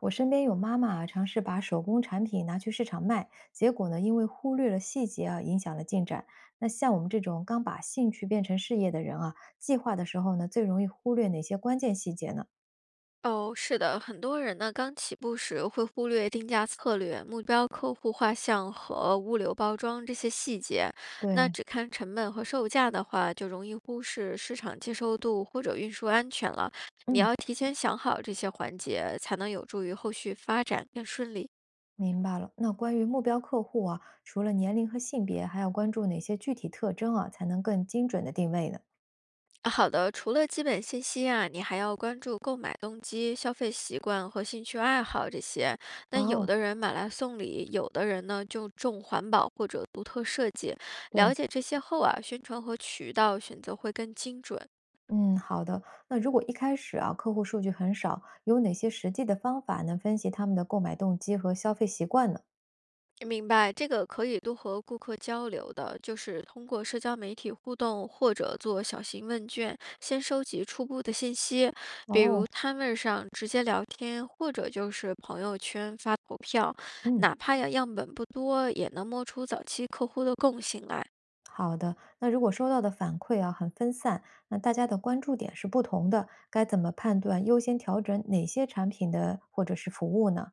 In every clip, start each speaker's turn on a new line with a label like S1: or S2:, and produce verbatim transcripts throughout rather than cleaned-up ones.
S1: 我身边有妈妈啊，尝试把手工产品拿去市场卖，结果呢，因为忽略了细节啊，影响了进展。那像我们这种刚把兴趣变成事业的人啊，计划的时候呢，最容易忽略哪些关键细节呢？
S2: 哦，是的，很多人呢刚起步时会忽略定价策略、目标客户画像和物流包装这些细节，那
S1: 对，
S2: 只看成本和售价的话，就容易忽视市场接受度或者运输安全了。你
S1: 嗯，
S2: 要提前想好这些环节，才能有助于后续发展更顺利。
S1: 明白了。那关于目标客户啊，除了年龄和性别，还要关注哪些具体特征啊，才能更精准的定位呢？
S2: 啊好的，除了基本信息啊，你还要关注购买动机、消费习惯和兴趣爱好这些。那有
S1: 哦，
S2: 的人买来送礼，有的人呢就重环保或者独特设计。了
S1: 对，
S2: 解这些后啊，宣传和渠道选择会更精准。
S1: 嗯，好的。那如果一开始啊，客户数据很少，有哪些实际的方法能分析他们的购买动机和消费习惯呢？
S2: 明白，这个可以多和顾客交流的，就是通过社交媒体互动或者做小型问卷，先收集初步的信息，比如
S1: 哦，
S2: 摊位上直接聊天，或者就是朋友圈发投票，
S1: 嗯，
S2: 哪怕呀样本不多，也能摸出早期客户的共性来。
S1: 好的。那如果收到的反馈啊很分散，那大家的关注点是不同的，该怎么判断优先调整哪些产品的或者是服务呢？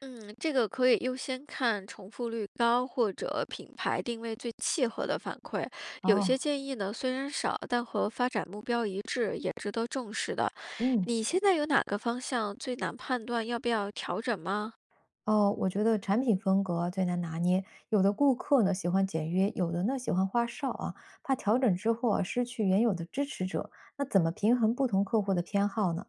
S2: 嗯，这个可以优先看重复率高或者品牌定位最契合的反馈。有些
S1: 哦，
S2: 建议呢，虽然少，但和发展目标一致，也值得重视的。
S1: 嗯，
S2: 你现在有哪个方向最难判断要不要调整吗？
S1: 哦，我觉得产品风格最难拿捏，有的顾客呢喜欢简约，有的呢喜欢花哨啊，怕调整之后啊失去原有的支持者，那怎么平衡不同客户的偏好呢？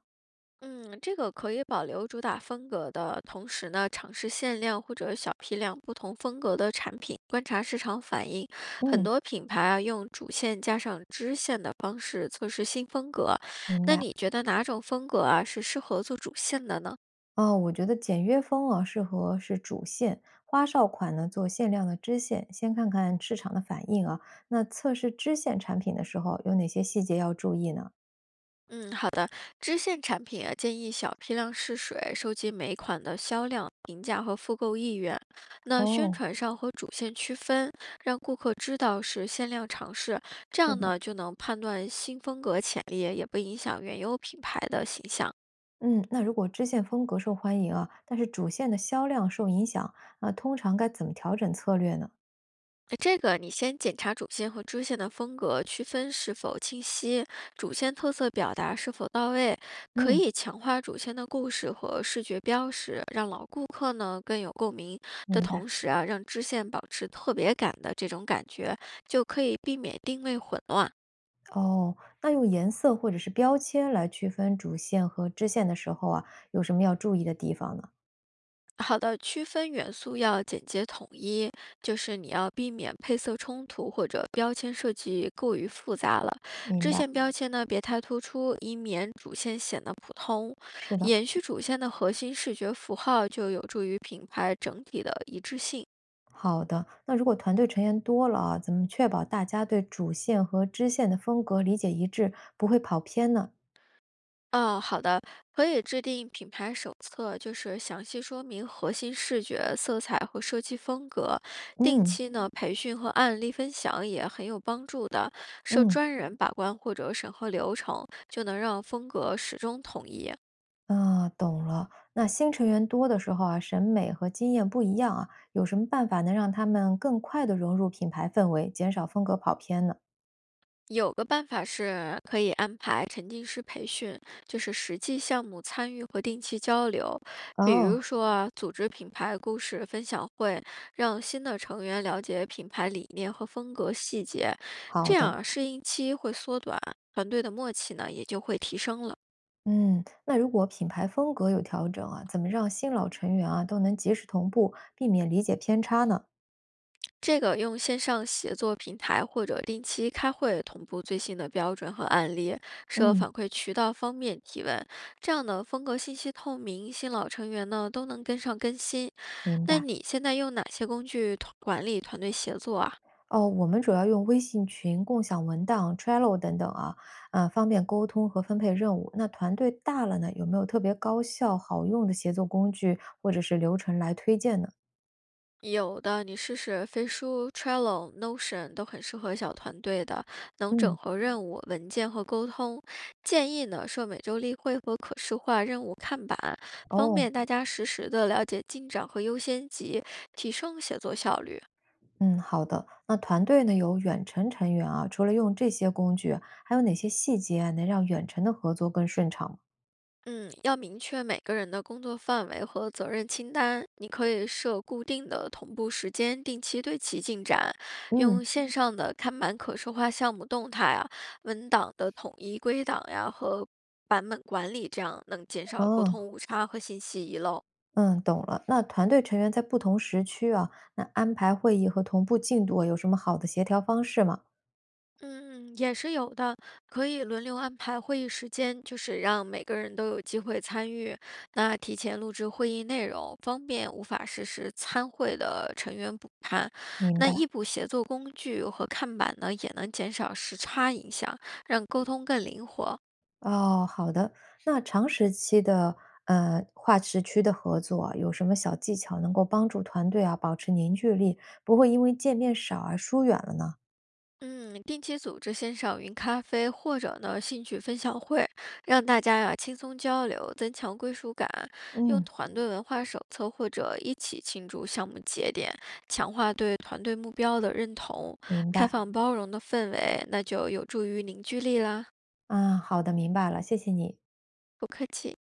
S2: 嗯，这个可以保留主打风格的同时呢，尝试限量或者小批量不同风格的产品，观察市场反应。很
S1: 嗯，
S2: 多品牌啊，用主线加上支线的方式测试新风格。
S1: 明
S2: 那
S1: 白。
S2: 你觉得哪种风格啊是适合做主线的呢？
S1: 哦，我觉得简约风啊，适合是主线，花哨款呢做限量的支线，先看看市场的反应啊。那测试支线产品的时候，有哪些细节要注意呢？
S2: 嗯，好的。支线产品啊，建议小批量试水，收集每款的销量、评价和复购意愿。那宣
S1: 哦，
S2: 传上和主线区分，让顾客知道是限量尝试，这
S1: 是
S2: 样
S1: 的，
S2: 呢就能判断新风格潜力，也不影响原有品牌的形象。
S1: 嗯，那如果支线风格受欢迎啊，但是主线的销量受影响，那通常该怎么调整策略呢？
S2: 呃这个你先检查主线和支线的风格，区分是否清晰，主线特色表达是否到位，可
S1: 嗯，
S2: 以强化主线的故事和视觉标识，让老顾客呢更有共鸣的
S1: 明白。
S2: 同时啊，让支线保持特别感的这种感觉，就可以避免定位混乱。
S1: 哦，那用颜色或者是标签来区分主线和支线的时候啊，有什么要注意的地方呢？
S2: 好的，区分元素要简洁统一，就是你要避免配色冲突或者标签设计过于复杂了。
S1: 明
S2: 支
S1: 白，
S2: 线标签呢，别太突出，以免主线显得普通。
S1: 是的。
S2: 延续主线的核心视觉符号，就有助于品牌整体的一致性。
S1: 好的，那如果团队成员多了啊，怎么确保大家对主线和支线的风格理解一致，不会跑偏呢？
S2: 哦，好的，可以制定品牌手册，就是详细说明核心视觉、色彩和设计风格。定
S1: 嗯
S2: 期呢培训和案例分享也很有帮助的，设
S1: 嗯，
S2: 专人把关或者审核流程，就能让风格始终统一。
S1: 啊，懂了。那新成员多的时候啊，审美和经验不一样啊，有什么办法能让他们更快的融入品牌氛围，减少风格跑偏呢？
S2: 有个办法是可以安排沉浸式培训，就是实际项目参与和定期交流。比
S1: 哦，
S2: 如说啊组织品牌故事分享会，让新的成员了解品牌理念和风格细节，
S1: 好
S2: 这样
S1: 的。
S2: 啊适应期会缩短，团队的默契呢也就会提升了。
S1: 嗯，那如果品牌风格有调整啊，怎么让新老成员啊都能及时同步，避免理解偏差呢？
S2: 这个用线上协作平台或者定期开会同步最新的标准和案例，设
S1: 嗯，
S2: 反馈渠道方面提问，这样呢风格信息透明，新老成员呢都能跟上更新。
S1: 明
S2: 那
S1: 白。
S2: 你现在用哪些工具团管理团队协作啊？
S1: 哦，我们主要用微信群、共享文档、Trello 等等啊，啊，方便沟通和分配任务。那团队大了呢，有没有特别高效、好用的协作工具或者是流程来推荐呢？
S2: 有的，你试试飞书、Trello、Notion 都很适合小团队的，能整
S1: 嗯，
S2: 合任务、文件和沟通。建议呢设每周例会和可视化任务看板，方
S1: 哦，
S2: 便大家实时的了解进展和优先级，提升写作效率。
S1: 嗯，好的。那团队呢有远程成员啊，除了用这些工具，还有哪些细节啊能让远程的合作更顺畅吗？
S2: 嗯，要明确每个人的工作范围和责任清单。你可以设固定的同步时间，定期对其进展，
S1: 嗯，
S2: 用线上的看板可视化项目动态啊、文档的统一归档呀和版本管理，这样能减少沟
S1: 哦，
S2: 通误差和信息遗漏。
S1: 嗯，懂了。那团队成员在不同时区啊，那安排会议和同步进度啊有什么好的协调方式吗？
S2: 嗯，也是有的，可以轮流安排会议时间，就是让每个人都有机会参与。那提前录制会议内容，方便无法实时参会的成员补看。
S1: 明
S2: 那
S1: 白。
S2: 异步协作工具和看板呢，也能减少时差影响，让沟通更灵活。
S1: 哦，好的。那长时期的呃跨时区的合作啊有什么小技巧能够帮助团队啊保持凝聚力，不会因为见面少而疏远了呢？
S2: 嗯，定期组织线上云咖啡或者呢兴趣分享会，让大家呀、轻松交流，增强归属感。用
S1: 嗯，
S2: 团队文化手册或者一起庆祝项目节点，强化对团队目标的认同，
S1: 明
S2: 开
S1: 白。
S2: 放包容的氛围，那就有助于凝聚力啦。
S1: 啊，好的，明白了，谢谢你。
S2: 不客气。